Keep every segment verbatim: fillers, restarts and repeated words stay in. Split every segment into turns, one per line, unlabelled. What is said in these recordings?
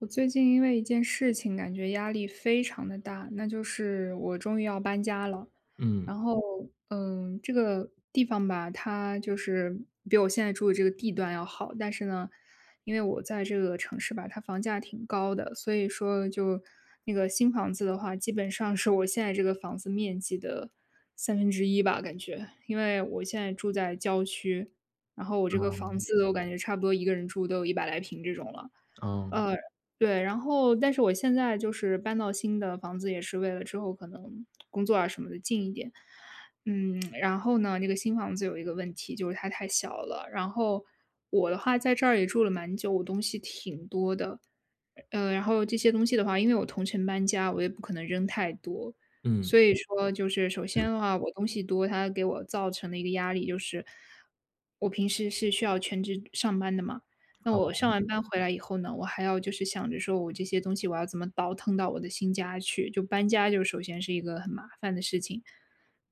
我最近因为一件事情感觉压力非常的大，那就是我终于要搬家了。
嗯，
然后，嗯，这个地方吧，它就是比我现在住的这个地段要好，但是呢，因为我在这个城市吧，它房价挺高的，所以说就那个新房子的话，基本上是我现在这个房子面积的三分之一吧，感觉，因为我现在住在郊区，然后我这个房
嗯，
子我感觉差不多一个人住都有一百来平这种了。
哦，
呃，对，然后但是我现在就是搬到新的房子，也是为了之后可能工作啊什么的近一点。嗯，然后呢，那个新房子有一个问题，就是它太小了。然后我的话在这儿也住了蛮久，我东西挺多的。呃，然后这些东西的话，因为我同城搬家，我也不可能扔太多。所
嗯，
以说，就是首先的话，我东西多，它给我造成的一个压力就是，我平时是需要全职上班的嘛，那我
哦，
上完班回来以后呢，我还要就是想着说我这些东西我要怎么倒腾到我的新家去，就搬家就首先是一个很麻烦的事情。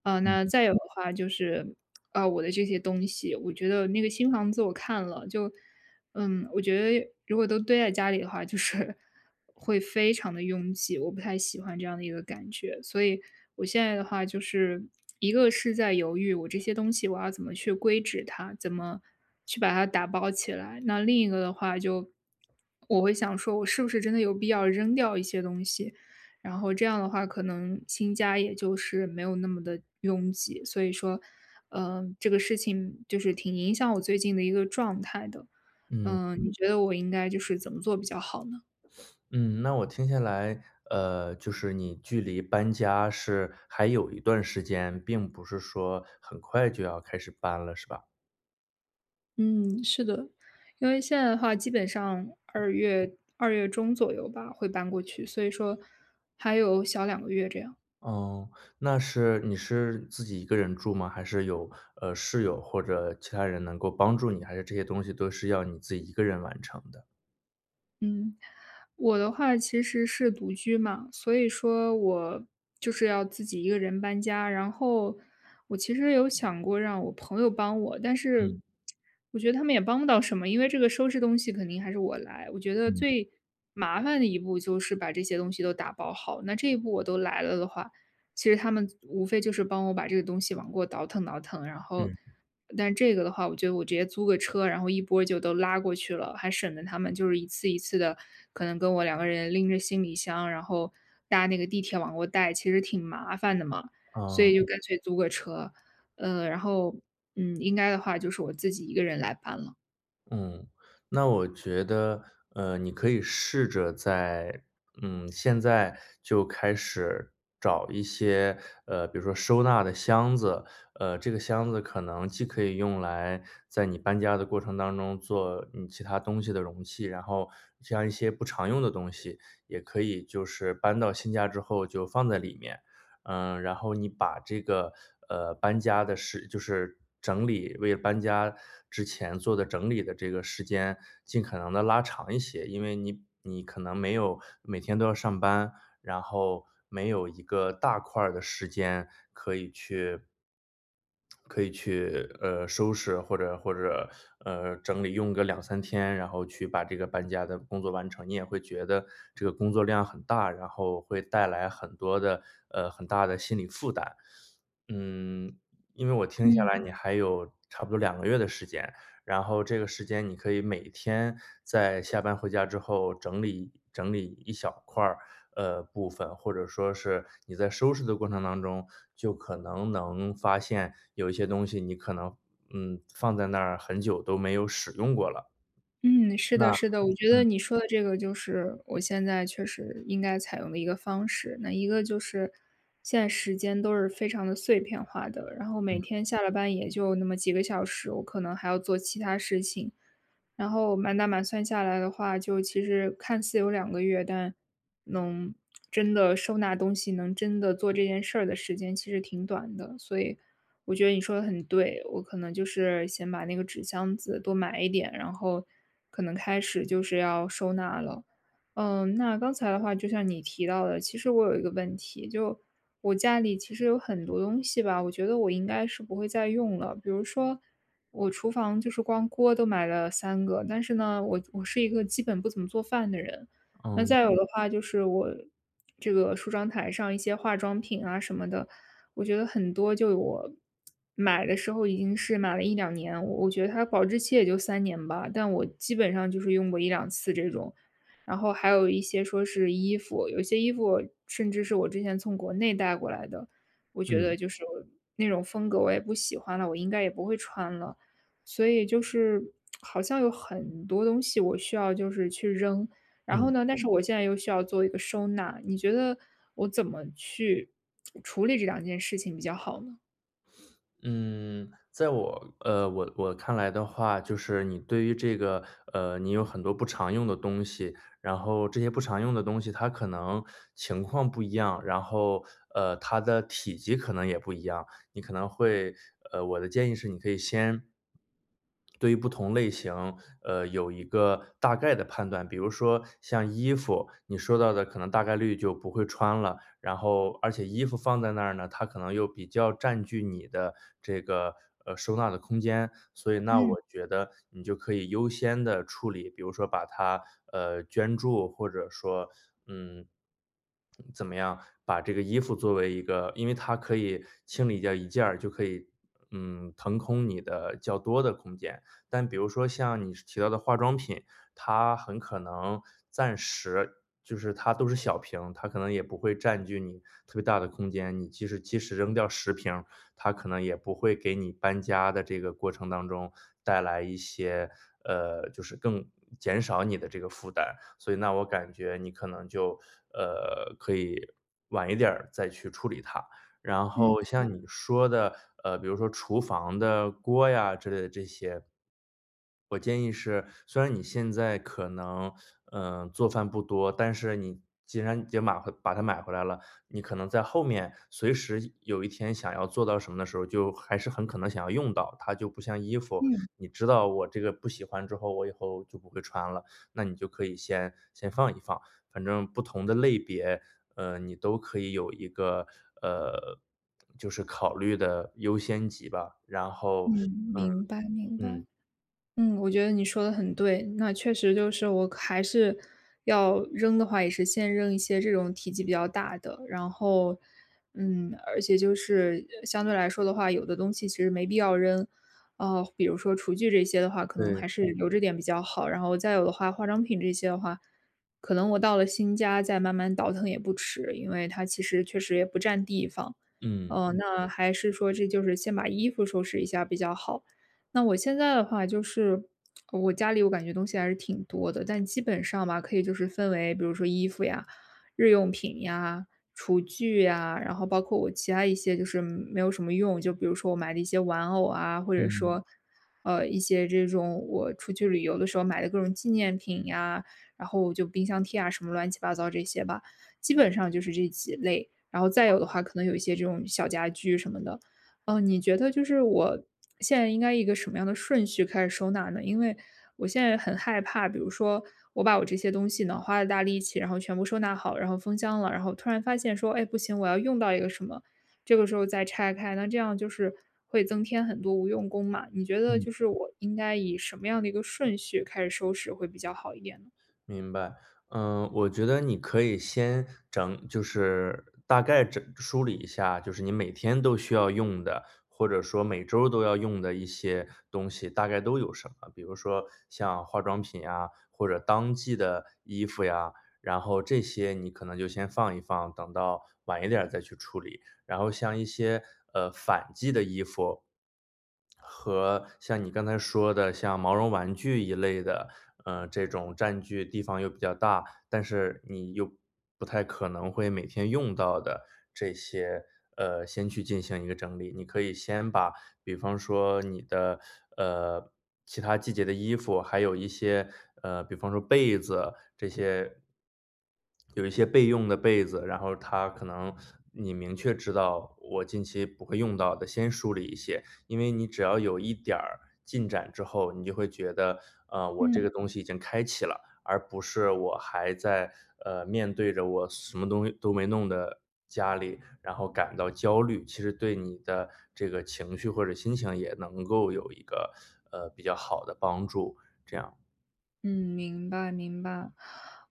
呃，
嗯，
那再有的话就是，呃，我的这些东西，我觉得那个新房子我看了，就嗯，我觉得如果都堆在家里的话，就是会非常的拥挤，我不太喜欢这样的一个感觉。所以我现在的话就是一个是在犹豫我这些东西我要怎么去规制它，怎么去把它打包起来。那另一个的话就我会想说我是不是真的有必要扔掉一些东西，然后这样的话可能新家也就是没有那么的拥挤。所以说，嗯，这个事情就是挺影响我最近的一个状态的。
嗯，
嗯，你觉得我应该就是怎么做比较好呢？
嗯，那我听下来，呃，就是你距离搬家是还有一段时间，并不是说很快就要开始搬了，是吧？
嗯，是的，因为现在的话，基本上二月二月中左右吧会搬过去，所以说还有小两个月这样。
哦，那是你是自己一个人住吗？还是有，呃，室友或者其他人能够帮助你？还是这些东西都是要你自己一个人完成的？
嗯，我的话其实是独居嘛，所以说我就是要自己一个人搬家。然后我其实有想过让我朋友帮我，但是
嗯，
我觉得他们也帮不到什么，因为这个收拾东西肯定还是我来。我觉得
嗯，
最麻烦的一步就是把这些东西都打包好。那这一步我都来了的话，其实他们无非就是帮我把这个东西往过倒腾倒腾，然后
嗯，
但这个的话，我觉得我直接租个车，然后一波儿就都拉过去了，还省得他们就是一次一次的，可能跟我两个人拎着行李箱，然后搭那个地铁往过带，其实挺麻烦的嘛，所以
哦。
就嗯干脆租个车。呃，然后，嗯，应该的话就是我自己一个人来搬了。
嗯，那我觉得，呃，你可以试着在，嗯，现在就开始找一些，呃，比如说收纳的箱子。呃，这个箱子可能既可以用来在你搬家的过程当中做你其他东西的容器，然后像一些不常用的东西，也可以就是搬到新家之后就放在里面。嗯，然后你把这个呃搬家的事，就是整理为了搬家之前做的整理的这个时间，尽可能的拉长一些。因为你你可能没有每天都要上班，然后没有一个大块儿的时间可以去呃收拾，或者或者呃整理用个两三天，然后去把这个搬家的工作完成，你也会觉得这个工作量很大，然后会带来很多的呃很大的心理负担。嗯，因为我听下来
嗯。
你还有差不多两个月的时间，然后这个时间你可以每天在下班回家之后整理整理一小块儿，呃，部分，或者说是你在收拾的过程当中，就可能能发现有一些东西你可能，嗯，放在那儿很久都没有使用过了。
嗯，是的，
那
是的，我觉得你说的这个就是我现在确实应该采用的一个方式。那一个就是现在时间都是非常的碎片化的，然后每天下了班也就那么几个小时，我可能还要做其他事情。然后满打满算下来的话，就其实看似有两个月，但能真的收纳东西，能真的做这件事儿的时间其实挺短的，所以。我觉得你说的很对，我可能就是先把那个纸箱子多买一点，然后可能开始就是要收纳了。嗯，那刚才的话，就像你提到的，其实我有一个问题，就我家里其实有很多东西吧，我觉得我应该是不会再用了。比如说，我厨房就是光锅都买了三个，但是呢，我我是一个基本不怎么做饭的人。那
嗯，
再有的嗯话，就是我这个梳妆台上一些化妆品啊什么的，我觉得很多就我买的时候已经是买了一两年，我我觉得它保质期也就三年吧，但我基本上就是用过一两次这种。然后还有一些说是衣服，有些衣服甚至是我之前从国内带过来的，我觉得
嗯，
就是我那种风格我也不喜欢了，我应该也不会穿了。所以就是好像有很多东西我需要就是去扔，然后
嗯。
呢，但是嗯我现在又需要做一个收纳，你觉得我怎么去处理这两件事情比较好呢？
嗯，在我呃，我我看来的话，就是你对于这个，呃，你有很多不常用的东西，然后这些不常用的东西，它可能情况不一样，然后呃，它的体积可能也不一样。你可能会呃，我的建议是，你可以先对于不同类型，呃，有一个大概的判断。比如说像衣服，你说到的可能大概率就不会穿了，然后而且衣服放在那儿呢，它可能又比较占据你的这个，呃，收纳的空间。所以那嗯
嗯
我觉得你就可以优先的处理，比如说把它，呃，捐助，或者说，嗯，怎么样，把这个衣服作为一个，因为它可以清理掉一件儿，就可以，嗯，腾空你的较多的空间。但比如说像你提到的化妆品，它很可能暂时就是它都是小瓶，它可能也不会占据你特别大的空间。你即使即使扔掉十瓶，它可能也不会给你搬家的这个过程当中带来一些，呃，就是更减少你的这个负担。所以那我感觉你可能就，呃，可以晚一点儿再去处理它。然后
嗯
像你说的，呃，比如说厨房的锅呀之类的这些，我建议是，虽然你现在可能，嗯、做饭不多，但是你既然已经买回把它买回来了，你可能在后面随时有一天想要做到什么的时候，就还是很可能想要用到它，就不像衣服，
嗯
你知道我这个不喜欢之后，我以后就不会穿了，那你就可以先先放一放。反正不同的类别，呃，你都可以有一个，呃，就是考虑的优先级吧。然后
嗯，
嗯，
明白明白。
嗯，
嗯，我觉得你说的很对。那确实就是我还是要扔的话，也是先扔一些这种体积比较大的。然后，嗯，而且就是呃相对来说的话，有的东西其实没必要扔。呃，比如说厨具这些的话，可能还
对，
是嗯留着点比较好。然后再有的话，化妆品这些的话，可能我到了新家再慢慢倒腾也不迟，因为它其实确实也不占地方。
嗯，
呃嗯那还是说这就是先把衣服收拾一下比较好。那我现在的话就是我家里我感觉东西还是挺多的，但基本上吧，可以就是分为比如说衣服呀、日用品呀、厨具呀，然后包括我其他一些就是没有什么用，就比如说我买的一些玩偶啊，或者
嗯，
说，呃，一些这种我出去旅游的时候买的各种纪念品呀，然后就冰箱贴啊什么乱七八糟这些吧，基本上就是这几类。然后再有的话，可能有一些这种小家具什么的，嗯，你觉得就是我现在应该一个什么样的顺序开始收纳呢？因为我现在很害怕，比如说我把我这些东西呢花了大力气，然后全部收纳好，然后封箱了，然后突然发现说，哎，不行，我要用到一个什么，这个时候再拆开，那这样就是会增添很多无用功嘛。你觉得
嗯。
就是我应该以什么样的一个顺序开始收拾会比较好一点呢？
明白。嗯，我觉得你可以先整，就是大概整梳理一下，就是你每天都需要用的，或者说每周都要用的一些东西，大概都有什么？比如说像化妆品呀，或者当季的衣服呀，然后这些你可能就先放一放，等到晚一点儿再去处理。然后像一些呃反季的衣服，和像你刚才说的像毛绒玩具一类的，呃，这种占据地方又比较大，但是你又不太可能会每天用到的这些，呃，先去进行一个整理。你可以先把，比方说你的呃其他季节的衣服，还有一些，呃，比方说被子这些，有一些备用的被子，然后它可能你明确知道我近期不会用到的，先梳理一些。因为你只要有一点儿进展之后，你就会觉得，呃，我这嗯个
嗯。
东西已经开启了。而不是我还在呃面对着我什么东西都没弄的家里，然后感到焦虑，其实对你的这个情绪或者心情也能够有一个呃比较好的帮助。这样。
嗯，明白明白。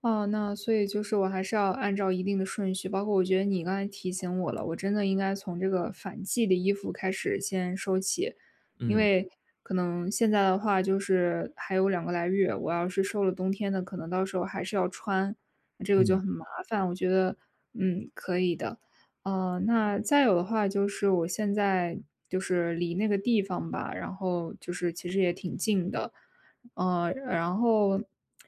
哦，那所以就是我还是要按照一定的顺序，包括我觉得你刚才提醒我了，我真的应该从这个反季的衣服开始先收起，因
嗯
为可能现在的话就是还有两个来月，我要是收了冬天的，可能到时候还是要穿，这个
嗯
就很
嗯
麻烦。我觉得，嗯，可以的。呃，那再有的话就是我现在就是离那个地方吧，然后就是其实也挺近的。嗯，然后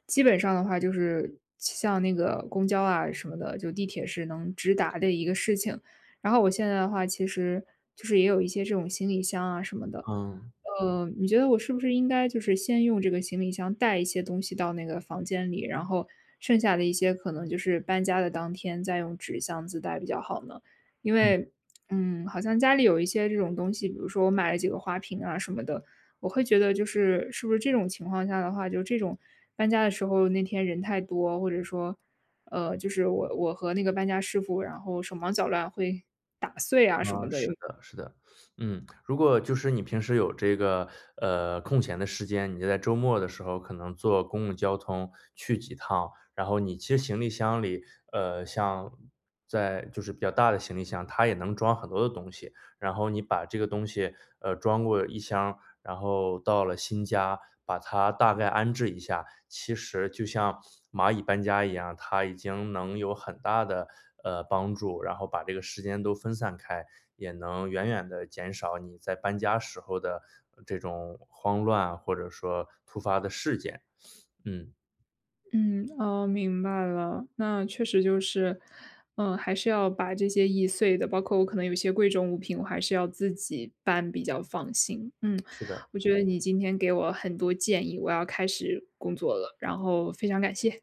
基本上的话就是像那个公交啊什么的，就地铁是能直达的一个事情。然后我现在的话，其实就是也有一些这种行李箱啊什么的，
嗯。
呃，你觉得我是不是应该就是先用这个行李箱带一些东西到那个房间里，然后剩下的一些可能就是搬家的当天再用纸箱子带比较好呢？因为，嗯，好像家里有一些这种东西，比如说我买了几个花瓶啊什么的，我会觉得就是是不是这种情况下的话，就这种搬家的时候那天人太多，或者说，呃，就是我我和那个搬家师傅，然后手忙脚乱会打碎啊什么
啊，
的，有
是的，是的，嗯，如果就是你平时有这个呃空闲的时间，你就在周末的时候可能坐公共交通去几趟，然后你其实行李箱里，呃，像在就是比较大的行李箱，它也能装很多的东西，然后你把这个东西呃装过一箱，然后到了新家，把它大概安置一下，其实就像蚂蚁搬家一样，它已经能有很大的呃帮助，然后把这个时间都分散开，也能远远的减少你在搬家时候的呃这种慌乱或者说突发的事件。嗯。
嗯，哦，明白了。那确实就是，嗯，还是要把这些易碎的，包括我可能有些贵重物品，我还是要自己搬比较放心。嗯，
是的。
我觉得你今天给我很多建议，我要开始工作了，然后非常感谢。